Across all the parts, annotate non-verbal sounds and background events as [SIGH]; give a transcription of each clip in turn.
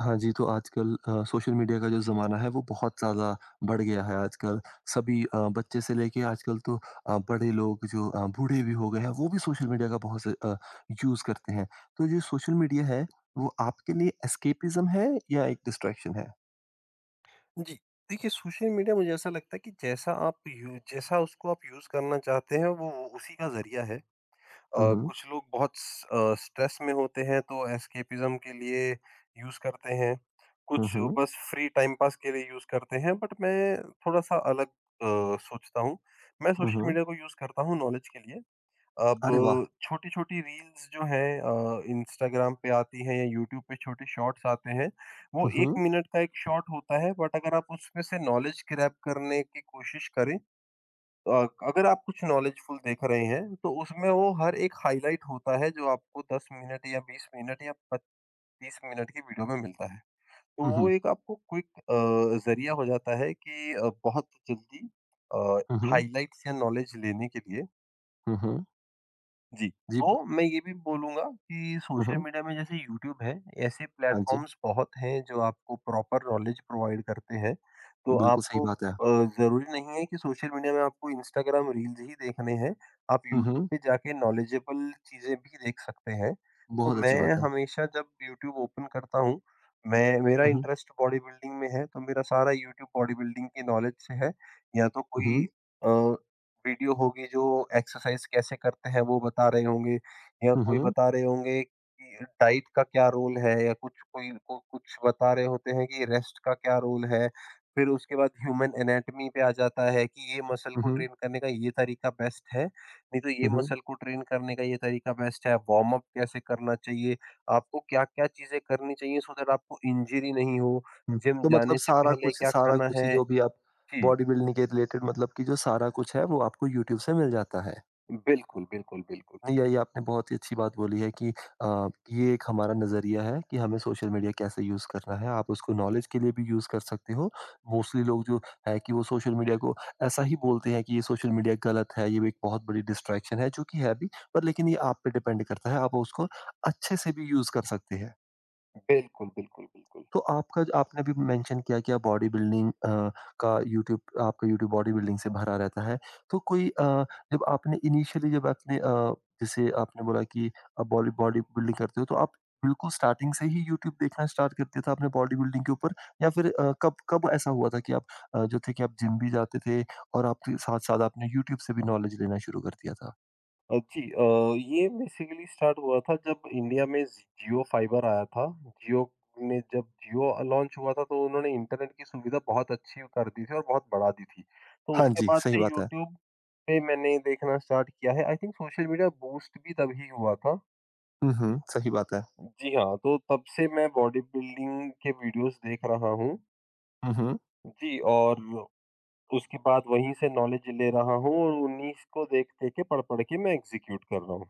हाँ जी, तो आजकल सोशल मीडिया का जो ज़माना है वो बहुत ज़्यादा बढ़ गया है आजकल। सभी बच्चे से लेके आजकल तो बड़े लोग जो बूढ़े भी हो गए हैं वो भी सोशल मीडिया का बहुत से यूज़ करते हैं। तो जो सोशल मीडिया है वो आपके लिए एस्केपिज़्म है या एक डिस्ट्रैक्शन है? जी। देखिए, सोशल मीडिया मुझे ऐसा लगता है कि जैसा उसको आप यूज़ करना चाहते हैं वो उसी का ज़रिया है। हुँ, हुँ। हुँ। कुछ लोग बहुत स्ट्रेस में होते हैं तो एस्केपिज़्म के लिए यूज़ करते हैं। हुँ, कुछ हुँ। बस फ्री टाइम पास के लिए यूज़ करते हैं बट मैं थोड़ा-सा अलग अ, सोचता हूँ। मैं हुँ। हुँ, सोशल हुँ। मीडिया को यूज़ करता हूँ नॉलेज के लिए। अब अरे वाह! छोटी-छोटी रील्स जो हैं इंस्टाग्राम पे आती हैं या यूट्यूब पे छोटे शॉर्ट्स आते हैं, वो हुँ, 1 हुँ। मिनट का एक शॉर्ट होता है बट अगर आप उसमें से नॉलेज ग्रैब करने की कोशिश करें तो अगर आप कुछ नॉलेजफुल देख रहे हैं, तो उसमें वो हर एक हाइलाइट होता है जो आपको 10 मिनट या 20 मिनट या पच 30 मिनट की वीडियो में मिलता है। तो हुँ, वो हुँ। एक आपको क्विक ज़रिया हो जाता है कि बहुत जल्दी अ, हुँ, हुँ। हाइलाइट्स या नॉलेज लेने के लिए। हुँ, हुँ। जी, जी ब तो मैं ये भी बोलूँगा कि हुँ, सोशल हुँ। मीडिया में जैसे यूट्यूब है, ऐसे हाँ जी, प्लेटफ़ॉर्म्स बहुत हैं जो आपको प्रॉपर नॉलेज प्रोवाइड करते हैं। तो बिल्कुल सही आपको बात है। ज़रूरी नहीं है कि सोशल मीडिया में आपको इंस्टाग्राम रील्स ही देखने हैं, आप हुँ, यूट्यूब हुँ। पे जाके नॉलेजेबल चीज़ें भी देख सकते हैं। तो बहुत अच्छी मैं बात है। हमेशा जब यूट्यूब ओपन करता हूँ, मैं मेरा हुँ, हुँ। इंटरेस्ट बॉडी बिल्डिंग में है, तो मेरा सारा यूट्यूब बॉडी बिल्डिंग की नॉलेज से है, या तो हुँ, कोई हुँ। अ वीडियो होगी जो एक्सरसाइज कैसे करते हैं वो बता रहे होंगे, या हुँ, कोई हुँ। बता रहे होंगे कि डाइट का क्या रोल है, या कुछ कुछ बता रहे होते हैं कि रेस्ट का क्या रोल है। फिर उसके बाद ह्यूमन एनाटॉमी पे आ जाता है कि ये मसल हुँ, को हुँ। ट्रेन करने का ये तरीका बेस्ट है, नहीं तो ये हुँ, हुँ। मसल को ट्रेन करने का ये तरीका बेस्ट है, वार्म अप कैसे करना चाहिए, आपको क्या क्या चीजें करनी चाहिए सो दैट आपको इंजरी नहीं हो, हुँ, जिम तो मतलब जाने से पहले क्या सारा खाना कुछ है। ही जो भी आप जी। बॉडी बिल्डिंग के रिलेटेड मतलब कि जो सारा कुछ है वो आपको यूट्यूब से मिल जाता है। बिल्कुल बिल्कुल बिल्कुल। नहीं, ये आपने बहुत ही अच्छी बात बोली है कि ये एक हमारा नज़रिया है कि हमें सोशल मीडिया कैसे यूज़ करना है। आप उसको नॉलेज के लिए भी यूज़ कर सकते हो। मोस्टली लोग जो है कि वो सोशल मीडिया को ऐसा ही बोलते हैं कि ये सोशल मीडिया गलत है, ये भी एक बहुत बड़ी डिस्ट्रैक्शन है, जो कि है भी पर लेकिन ये आप पे डिपेंड करता है, आप उसको अच्छे से भी यूज़ कर सकते हैं। बिल्कुल, बिल्कुल, बिल्कुल। तो आपका ज आपने अभी मेंशन किया कि आप बॉडी बिल्डिंग का यूट्यूब आपका यूट्यूब बॉडी बिल्डिंग से भरा रहता है। तो जब आपने इनिशियली जब आपने जैसे आपने बोला कि आप बॉडी बॉडी बिल्डिंग करते हो तो आप बिल्कुल स्टार्टिंग से ही यूट्यूब देखना स्टार्ट कर दिया था आपने बॉडी बिल्डिंग के ऊपर या फिर कब कब ऐसा हुआ था कि आप जो थे कि आप जिम भी जाते थे और आपके साथ-साथ आपने यूट्यूब से भी नॉलेज लेना शुरू कर दिया था? जी, ये बेसिकली स्टार्ट हुआ था जब इंडिया में जियो फाइबर आया था। जियो ने जब जियो लॉन्च हुआ था तो उन्होंने इंटरनेट की सुविधा बहुत अच्छी कर दी थी और बहुत बढ़ा दी थी। तो हाँ उसके जी, बाद सही से बात है। यूट्यूब पे मैंने देखना स्टार्ट किया है। I think social media boost भी तभी हुआ था। हुँ, हुँ, सही बात है। जी हाँ, तो तब से मैं बॉडी बिल्डिंग के वीडियोज़ देख रहा हूँ। हुँ, हुँ। जी। और उसके बाद वहीं से नॉलेज ले रहा हूँ और उन्हीं को देख-देख के पढ़-पढ़ के मैं एग्ज़ीक्यूट कर रहा हूँ।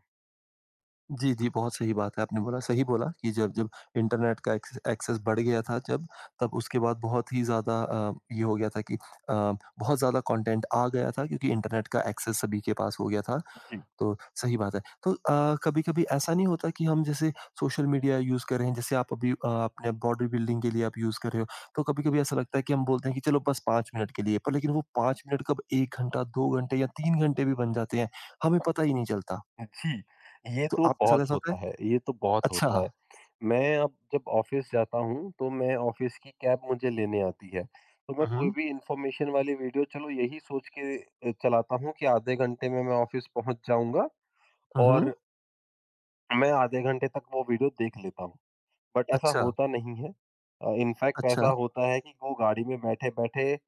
जी, जी, बहुत सही बात है। आपने बोला सही बोला कि जब जब इंटरनेट का एक्सेस बढ़ गया था जब, तब उसके बाद बहुत ही ज़्यादा ये हो गया था कि बहुत ज़्यादा कंटेंट आ गया था क्योंकि इंटरनेट का एक्सेस सभी के पास हो गया था, जी, तो सही बात है। तो कभी-कभी ऐसा नहीं होता कि हम जैसे सोशल मीडिया यूज़ कर रहे हैं, जैसे आप अभी अपने बॉडी बिल्डिंग के लिए आप यूज़ कर रहे हो, तो कभी-कभी ऐसा लगता है कि हम बोलते हैं कि चलो बस 5 मिनट के लिए, पर लेकिन वो 5 मिनट कब 1 घंटा, 2 घंटे या 3 घंटे भी बन जाते हैं, हमें पता ही नहीं चलता। जी, ये तो तो आपके साथ बहुत ऐसा हुँ। होता होता है? है, ये तो बहुत अच्छा। होता है। मैं अब जब ऑफ़िस जाता हूँ, तो मैं ऑफ़िस की कैब मुझे लेने आती है, तो मैं हुँ, कोई हुँ। भी इन्फॉर्मेशन वाली वीडियो चलो यही सोच के चलाता हूँ कि आधे घंटे में मैं ऑफ़िस पहुँच जाऊँगा हुँ, हुँ। और मैं आधे घंटे तक वो वीडियो देख लेता हूँ। बट ऐसा अच्छा, होता नहीं है। इनफैक्ट अच्छा, ऐसा होता है कि वो गाड़ी में बैठे-बैठे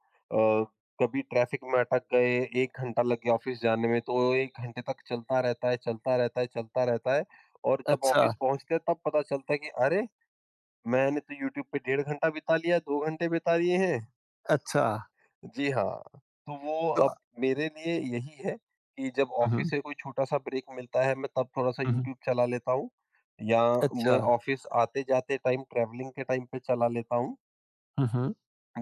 कभी ट्रैफिक में अटक गए, 1 घंटा लग गया ऑफ़िस जाने में, तो 1 घंटे तक चलता रहता है, चलता रहता है, चलता रहता है, और जब अच्छा, ऑफ़िस पहुँचते हैं तब पता चलता है कि अरे! मैंने तो यूट्यूब पे डेढ़ घंटा बिता लिया, 2 घंटे बिता लिए हैं। अच्छा। जी हाँ, तो वो तो अब मेरे लिए यही है कि जब हुँ, ऑफ़िस हुँ, से कोई छोटा-सा ब्रेक मिलता है, मैं तब थोड़ा-सा हुँ, हुँ। यूट्यूब चला लेता हूँ, या अच्छा, मैं ऑफ़िस आते-जाते टाइम ट्रैवलिंग के टाइम पे चला लेता हूँ। हुँ, हुँ।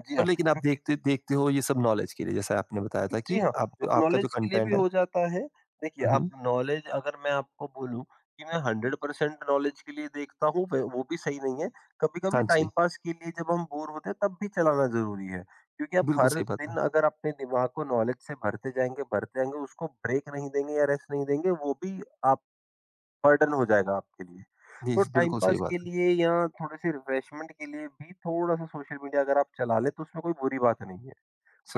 जी पर हाँ, लेकिन आप क्योंकि देखते देखते हो ये सब नॉलेज के लिए जैसा आपने बताया था जी कि हाँ, आप अब आपका जो नॉलेज के लिए भी कंटेंट है हो जाता है। देखिए, हुँ, आप हुँ। नॉलेज अगर मैं आपको बोलूँ कि मैं 100% नॉलेज के लिए देखता हूँ, व वो भी सही नहीं है। कभी-कभी हाँ टाइम जी, पास के लिए जब हम बोर होते हैं, तब भी चलाना ज़रूरी है। क्योंकि आप बिल्कुल हर सही बात है। दिन अगर अपने दिमाग को नॉलेज से भरते जाएँगे, उसको ब्रेक नहीं देंगे या रेस्ट नहीं देंगे, वो भी आप बर्डन हो जाएगा आपके लिए। जी, तो टाइम बिल्कुल सही पास बात के है। लिए या थोड़े-से रिफ्रेशमेंट के लिए भी थोड़ा-सा सोशल मीडिया अगर आप चला लें, तो उसमें कोई बुरी बात नहीं है।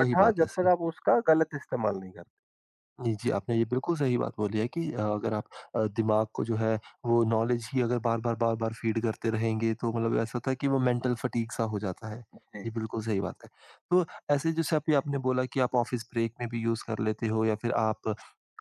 बट हाँ, बात है, जब तक सही। आप उसका गलत इस्तेमाल नहीं करते। जी, जी, आपने ये बिल्कुल सही बात बोली है कि अगर आप दिमाग को जो है वो नॉलेज ही अगर बार-बार, बार-बार फ़ीड करते रहेंगे तो मतलब ऐसा होता है कि वो मेंटल फटीग सा हो जाता है। जी। जी, बिल्कुल सही बात है। तो ऐसे जैसे अभी आपने बोला कि आप ऑफ़िस ब्रेक में भी यूज़ कर लेते हो या फिर आप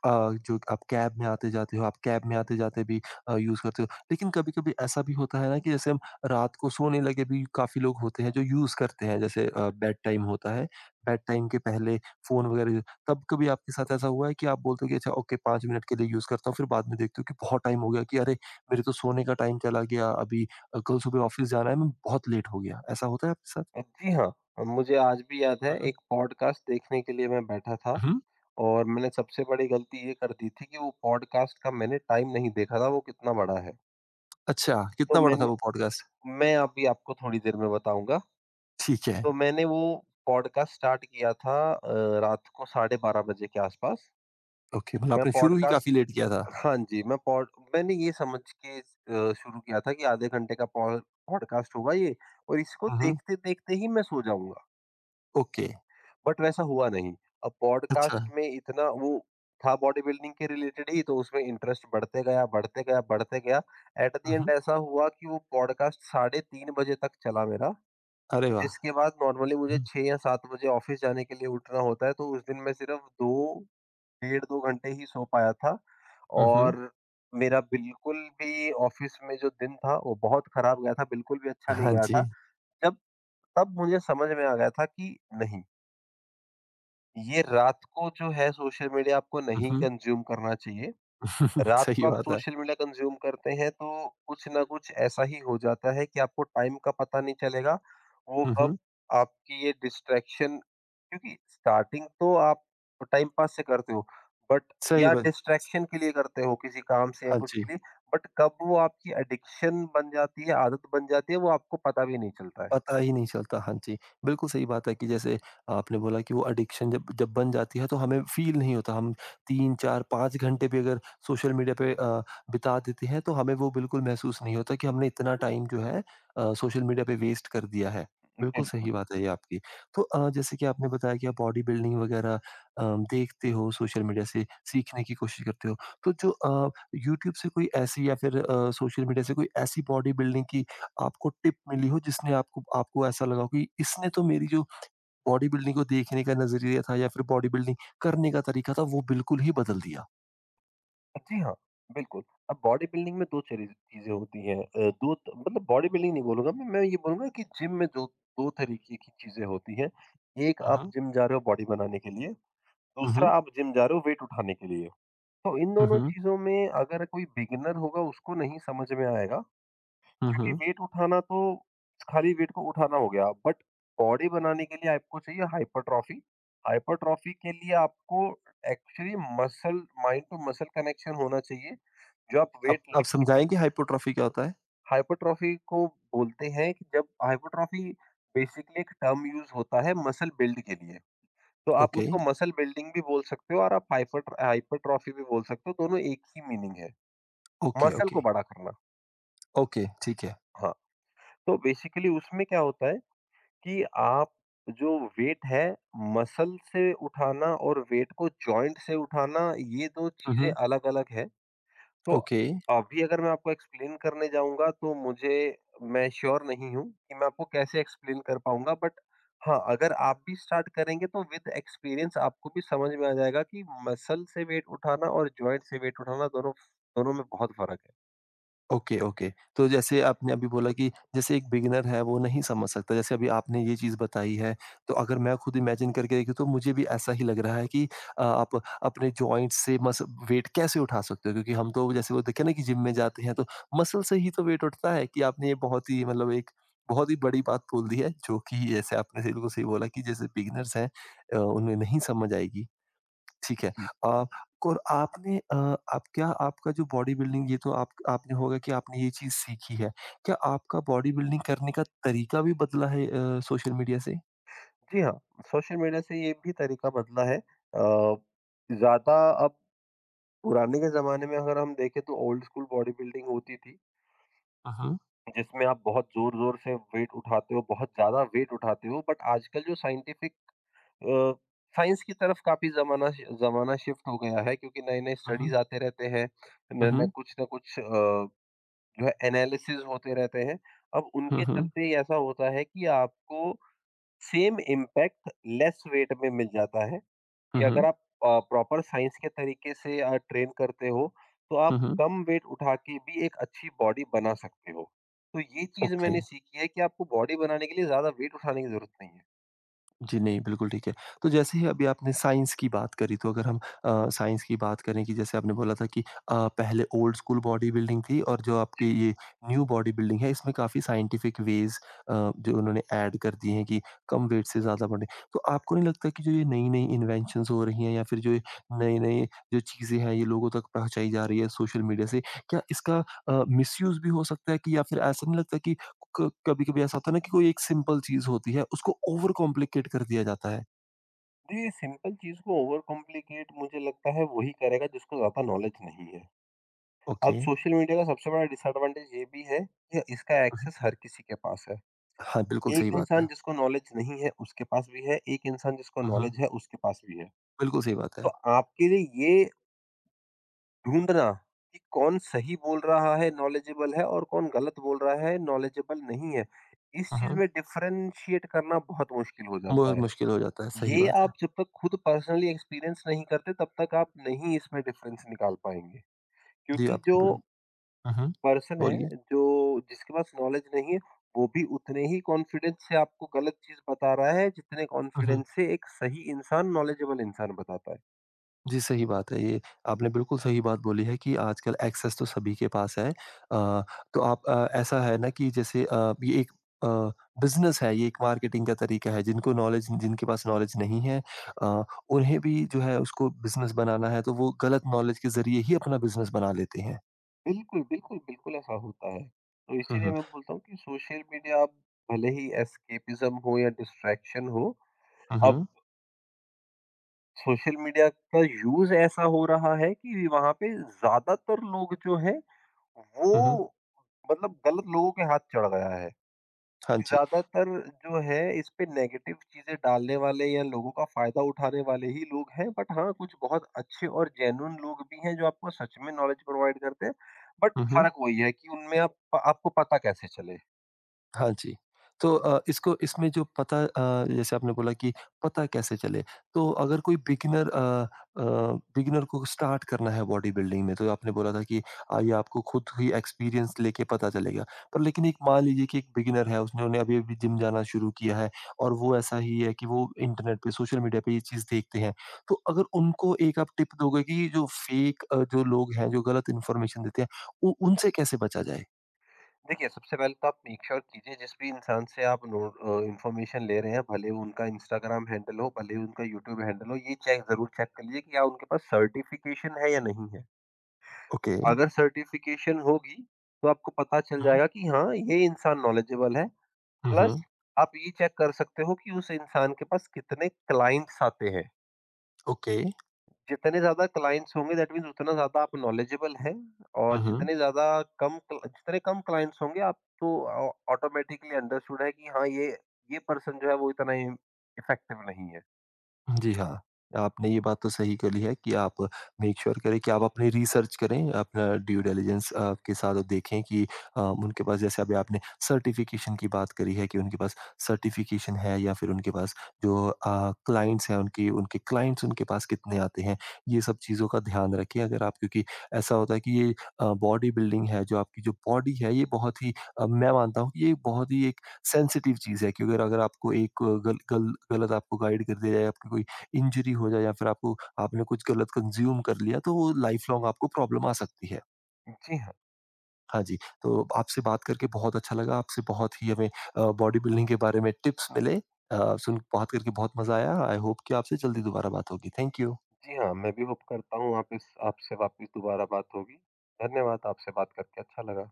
अ, जो आप कैब में आते-जाते हो, आप कैब में आते-जाते भी यूज़ करते हो। लेकिन कभी-कभी ऐसा भी होता है ना कि जैसे हम रात को सोने लगे भी काफ़ी लोग होते हैं जो यूज़ करते हैं जैसे बेड टाइम होता है, बेड टाइम के पहले फ़ोन वगैरह तब कभी आपके साथ ऐसा हुआ है कि आप बोलते हो कि अच्छा ओके 5 मिनट के लिए यूज़ करता हूँ, फिर बाद में देखते हो कि बहुत टाइम हो गया कि अरे! मेरे तो सोने का टाइम चला गया, अभी कल सुबह ऑफ़िस जाना है, मैं बहुत लेट हो गया। ऐसा होता है आपके साथ? जी हाँ, और मुझे आज भी याद है हुँ, हुँ। एक पॉडकास्ट देखने के लिए मैं बैठा था, हुँ, हुँ। और मैंने सबसे बड़ी गलती ये कर दी थी कि वो पॉडकास्ट का मैंने टाइम नहीं देखा था वो कितना बड़ा है। अच्छा, तो कितना बड़ा था मैंने वो पॉडकास्ट? मैं अभी आपको थोड़ी देर में बताऊँगा। ठीक है। तो मैंने वो पॉडकास्ट स्टार्ट किया था रात को 12:30 बजे के आसपास। ओके, मतलब मैं आपने शुरू ही पॉडकास्ट काफ़ी लेट किया था। हाँ जी, मैंने ये समझ के शुरू किया था कि आधे घंटे का पॉडकास्ट होगा ये, और इसको हुँ, हुँ। देखते-देखते ही मैं सो जाऊँगा, ओके, बट वैसा हुआ नहीं। अब अच्छा। पॉडकास्ट में इतना वो था बॉडी बिल्डिंग के रिलेटेड ही तो उसमें इंटरेस्ट बढ़ते गया, बढ़ते गया, बढ़ते गया। एट द हुँ, एंड हुँ। ऐसा हुआ कि वो पॉडकास्ट साढ़े 3 बजे तक चला मेरा, अरे वाह! जिसके बाद नॉर्मली मुझे हुँ, 6 या 7 बजे ऑफ़िस जाने के लिए उठना होता है, तो उस दिन मैं सिर्फ़ 2 डेढ़ 2 घंटे ही सो पाया था, हुँ, हुँ। और मेरा बिल्कुल भी ऑफ़िस में जो दिन था वो बहुत ख़राब गया था, बिल्कुल भी अच्छा नहीं हाँ गया था। जी। जब तब मुझे समझ में आ गया था कि नहीं, ये रात को जो है सोशल मीडिया आपको हुँ, नहीं हुँ। कंज़्यूम करना चाहिए। [LAUGHS] रात सही को आप बात है। सोशल मीडिया कंज़्यूम करते हैं तो कुछ न कुछ ऐसा ही हो जाता है कि आपको टाइम का पता नहीं चलेगा। वो हुँ, कब हुँ। आपकी ये डिस्ट्रैक्शन, क्योंकि स्टार्टिंग तो आप टाइम पास से करते हो, बट सही या बात डिस्ट्रैक्शन के लिए करते हो किसी काम से या हाँ कुछ जी। के लिए, बट कब वो आपकी एडिक्शन बन जाती है, आदत बन जाती है, वो आपको पता भी नहीं चलता है। पता ही नहीं चलता, हाँ जी। बिल्कुल सही बात है कि जैसे आपने बोला कि वो एडिक्शन जब जब बन जाती है तो हमें फ़ील नहीं होता। हम 3, 4, 5 घंटे भी अगर सोशल मीडिया पे बिता देते हैं तो हमें वो बिल्कुल महसूस नहीं होता कि हमने इतना टाइम जो है सोशल मीडिया पे वेस्ट कर दिया है। बिल्कुल सही बिल्कुल। बात है ये आपकी। तो जैसे कि आपने बताया कि आप बॉडी बिल्डिंग वगैरह अ, देखते हो सोशल मीडिया से सीखने की कोशिश करते हो। तो जो यूट्यूब से कोई ऐसी या फिर सोशल मीडिया से कोई ऐसी बॉडी बिल्डिंग की आपको टिप मिली हो जिसने आपको आपको ऐसा लगा हो कि इसने तो मेरी जो बॉडी बिल्डिंग को देखने का नज़रिया था या फिर बॉडी बिल्डिंग करने का तरीका था वो बिल्कुल ही बदल दिया? जी हाँ। बिल्कुल। अब बॉडी बिल्डिंग में दो चीजें होती हैं, मतलब बॉडी बिल्डिंग नहीं बोलूंगा, मैं ये बोलूंगा कि जिम में दो दो तरीके की चीजें होती हैं। एक हुँ, आप हुँ। जिम जा रहे हो बॉडी बनाने के लिए, हुँ, दूसरा हुँ। आप जिम जा रहे हो वेट उठाने के लिए। तो इन हुँ, दोनों हुँ। चीज़ों में अगर कोई बिगिनर होगा उसको नहीं समझ में आएगा, हुँ, क्योंकि हुँ। वेट उठाना तो खाली वेट को उठाना हो गया, बट बॉडी बनाने के लिए आपको चाहिए हाइपरट्रॉफी। हाइपरट्रॉफी के लिए आपको actually muscle mind to muscle connection होना चाहिए जो आप वेट आप लिफ्ट। समझाएँगे हाइपोट्रोफी क्या होता है? हाइपरट्रॉफी को बोलते हैं कि जब हाइपरट्रॉफी बेसिकली एक टर्म यूज होता है मसल बिल्ड के लिए, तो आप ओके। उसको मसल बिल्डिंग भी बोल सकते हो और आप हाइपरट्रॉफी भी बोल सकते हो, दोनों एक ही मीनिंग है। Okay, muscle okay. को बड़ा करना, ओके, ठीक है। हाँ। तो बेसिकली उसमें क्या होता है कि आप जो वेट है मसल से उठाना और वेट को जॉइंट से उठाना ये 2 हुँ, चीज़ें हुँ। अलग-अलग है। तो ओके। अभी अगर मैं आपको एक्सप्लेन करने जाऊँगा तो मुझे मैं श्योर नहीं हूँ कि मैं आपको कैसे एक्सप्लेन कर पाऊँगा, बट हाँ, अगर आप भी स्टार्ट करेंगे तो विद एक्सपीरियंस आपको भी समझ में आ जाएगा कि मसल से वेट उठाना और जॉइंट से वेट उठाना दोनों दोनों में बहुत फ़र्क है। Okay, okay. तो जैसे आपने अभी बोला कि जैसे एक बिगिनर है वो नहीं समझ सकता, जैसे अभी आपने ये चीज़ बताई है, तो अगर मैं खुद इमेजिन करके देखूँ तो मुझे भी ऐसा ही लग रहा है कि आप अपने जॉइंट्स से मस वेट कैसे उठा सकते हो? क्योंकि हम तो जैसे वो देखे ना कि जिम में जाते हैं तो मसल से ही तो वेट उठता है कि आपने ये बहुत ही मतलब एक बहुत ही बड़ी बात बोल दी है, जो कि जैसे आपने बिल्कुल सही बोला कि जैसे बिगिनर्स हैं उन्हें नहीं समझ आएगी। ठीक है। जी। अ, और आपने आप क्या आपका जो बॉडी बिल्डिंग ये तो आप आपने होगा कि आपने ये चीज़ सीखी है। क्या आपका बॉडी बिल्डिंग करने का तरीका भी बदला है सोशल मीडिया से? जी हाँ, सोशल मीडिया से ये भी तरीका बदला है, ज़्यादा अब पुराने के ज़माने में अगर हम देखें तो ओल्ड स्कूल बॉडी बिल्डिंग होती थी, हुँ, हुँ। जिसमें आप बहुत ज़ोर-ज़ोर से वेट उठाते हो, बहुत ज़्यादा वेट उठाते हो, बट आजकल जो अ, साइंस की तरफ काफ़ी ज़माना शिफ्ट हो गया है क्योंकि नए-नए हुँ, स्टडीज़ हुँ। आते रहते हैं, हुँ, नए-नए हुँ। कुछ ना कुछ जो है एनालिसिस होते रहते हैं। अब हुँ, उनके हुँ। चलते ही ऐसा होता है कि आपको सेम इम्पैक्ट लेस वेट में मिल जाता है। हुँ, कि अगर हुँ। आप प्रॉपर साइंस के तरीके से ट्रेन करते हो, तो हुँ, आप हुँ। कम वेट उठा के भी एक अच्छी बॉडी बना सकते हो। तो ये चीज़ ओके। मैंने सीखी है कि आपको बॉडी बनाने के लिए ज़्यादा वेट उठाने की ज़रूरत नहीं है। जी, नहीं, बिल्कुल ठीक है। तो जैसे ही अभी आपने साइंस की बात करी, तो अगर हम साइंस की बात करें कि जैसे आपने बोला था कि पहले ओल्ड स्कूल बॉडी बिल्डिंग थी और जो आपकी ये न्यू बॉडी बिल्डिंग है, इसमें काफ़ी साइंटिफिक वेज़ जो उन्होंने ऐड कर दिए हैं कि कम वेट से ज़्यादा बढ़ें। तो आपको नहीं लगता कि जो ये नई-नई इन्वेंशंस हो रही हैं या फिर जो ये नई-नई जो चीज़ें हैं, ये लोगों तक पहुँचाई जा रही है सोशल मीडिया से, क्या इसका मिसयूज़ भी हो सकता है कि या फिर ऐसा नहीं लगता कि क कभी-कभी ऐसा होता है ना कि कोई एक सिंपल चीज़ होती है, उसको ओवर कॉम्प्लिकेट कर दिया जाता है। तो ये सिंपल चीज़ को ओवर कॉम्प्लिकेट मुझे लगता है वही करेगा जिसको ज़्यादा नॉलेज नहीं है। अब ओके। सोशल मीडिया का सबसे बड़ा डिसएडवांटेज ये भी है कि इसका हुँ। एक्सेस हर किसी के पास है। हाँ, बिल्कुल सही एक बात इंसान है। जिसको नॉलेज नहीं है उसके पास भी है, एक इंसान जिसको हुँ, हुँ। नॉलेज है उसके पास भी है। बिल्कुल सही बात तो है। आपके लिए ये ढूँढना कि कौन सही बोल रहा है, नॉलेजेबल है और कौन गलत बोल रहा है, नॉलेजेबल नहीं है। इस हुँ, चीज़ हुँ। में डिफरेंशिएट करना बहुत मुश्किल हो जाता बहुत है। मुश्किल हो जाता है, सही ये बात है। आप जब तक खुद पर्सनली एक्सपीरियंस नहीं करते तब तक आप नहीं इसमें डिफरेंस निकाल पाएँगे। जी, क्योंकि जो आपने बिल हुँ, हुँ। पर्सन बोलिए। है, जो जिसके पास नॉलेज नहीं है, वो भी उतने ही कॉन्फिडेंस से आपको गलत चीज़ बता रहा है, जितने हुँ, हुँ। कॉन्फिडेंस से एक सही इंसान, नॉलेजेबल इंसान बताता है। जी, सही बात है ये। आपने बिल्कुल सही बात बोली है कि आजकल एक्सेस तो सभी के पास है। अ, तो आप ऐसा है ना कि जैसे ये एक अ, बिज़नेस है, ये एक मार्केटिंग का तरीका है। जिनको नॉलेज जिनके पास नॉलेज नहीं है अ, उन्हें भी जो है उसको बिज़नेस बनाना है, तो वो गलत नॉलेज के ज़रिए ही अपना बिज़नेस बना लेते हैं। बिल्कुल, बिल्कुल, बिल्कुल ऐसा होता है। तो हुँ, इसीलिए हुँ। मैं बोलता हूँ कि सोशल मीडिया आप भले ही एस्केपिज़्म हो या डिस्ट्रैक्शन हो, हुँ, अब हुँ। सोशल मीडिया का यूज़ ऐसा हो रहा है कि वहाँ पे ज़्यादातर लोग जो हैं, हुँ, हुँ। वो मतलब गलत लोगों के हाथ चढ़ गया है। हाँ जी। ज़्यादातर जो है इस पे नेगेटिव चीज़ें डालने वाले या लोगों का फ़ायदा उठाने वाले ही लोग हैं। बट हाँ, कुछ बहुत अच्छे और जेन्युइन लोग भी हैं जो आपको सच में नॉलेज प्रोवाइड करते हैं। बट हुँ, हुँ। फ़र्क वही है कि उनमें आप आपको पता कैसे चले। हाँ जी। तो इसको इसमें जो पता जैसे आपने बोला कि पता कैसे चले? तो अगर कोई बिगिनर अ अ, बिगिनर को स्टार्ट करना है बॉडी बिल्डिंग में, तो आपने बोला था कि ये आपको खुद ही एक्सपीरियंस लेके पता चलेगा। पर लेकिन एक मान लीजिए कि एक बिगिनर है, उसने उन्हें अभी-अभी जिम जाना शुरू किया है और वो ऐसा ही है कि वो इंटरनेट पे, सोशल मीडिया पे ये चीज़ देखते हैं। तो अगर उनको एक आप टिप दोगे कि जो फेक जो लोग हैं, जो गलत इन्फॉर्मेशन देते हैं, उ उनसे कैसे बचा जाए? देखिए, सबसे पहले तो आप मेक श्योर कीजिए जिस भी इंसान से आप नो इन्फॉर्मेशन ले रहे हैं, भले वो उनका इंस्टाग्राम हैंडल हो, भले उनका यूट्यूब हैंडल हो, ये चेक ज़रूर चेक कर लीजिए कि क्या उनके पास सर्टिफ़िकेशन है या नहीं है। ओके। अगर सर्टिफ़िकेशन होगी, तो आपको पता चल हुँ। जाएगा कि हाँ, ये इंसान नॉलेजेबल है। हुँ, प्लस हुँ। आप ये चेक कर सकते हो कि उस इंसान के पास कितने क्लाइंट्स आते हैं। ओके। जितने ज़्यादा क्लाइंट्स होंगे दैट मीन्स उतना ज़्यादा आप नॉलेजेबल हैं, और हुँ, हुँ। जितने कम क्लाइंट्स होंगे आप तो ऑ ऑटोमैटिकली अंडरस्टूड है कि हाँ, ये पर्सन जो है वो इतना इम इफ़ेक्टिव नहीं है। जी हाँ, आपने ये बात तो सही करी है कि आप मेक श्योर करें कि आप अपनी रिसर्च करें, अपना ड्यू डिलिजेंस के साथ और देखें कि उनके पास जैसे अभी आपने सर्टिफ़िकेशन की बात करी है कि उनके पास सर्टिफ़िकेशन है या फिर उनके पास जो क्लाइंट्स हैं उनकी उनके क्लाइंट्स उनके पास कितने आते हैं, ये सब चीज़ों का ध्यान रखें। अगर आप क्योंकि ऐसा होता है कि ये बॉडी बिल्डिंग है, जो आपकी जो बॉडी है, ये बहुत ही मैं मानता हूँ कि ये बहुत ही एक सेंसिटिव चीज़ है क्योंकि अगर आपको एक गल गल गलत आपको गाइड कर दिया जाए, आपकी कोई इंजरी हो जाए या फिर आपको आपने कुछ गलत कंज़्यूम कर लिया तो वो लाइफ़ लॉन्ग आपको प्रॉब्लम आ सकती है। जी हाँ। हाँ जी, तो आपसे बात करके बहुत अच्छा लगा, आपसे बहुत ही हमें बॉडी बिल्डिंग के बारे में टिप्स मिले। अ, सुन बात करके बहुत मज़ा आया। आई होप कि आपसे जल्दी दोबारा बात होगी। Thank you. जी हाँ, मैं भी होप करता हूँ आप इस आपसे वापस दोबारा बात होगी। धन्यवाद, आपसे बात करके अच्छा लगा।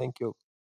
Thank you.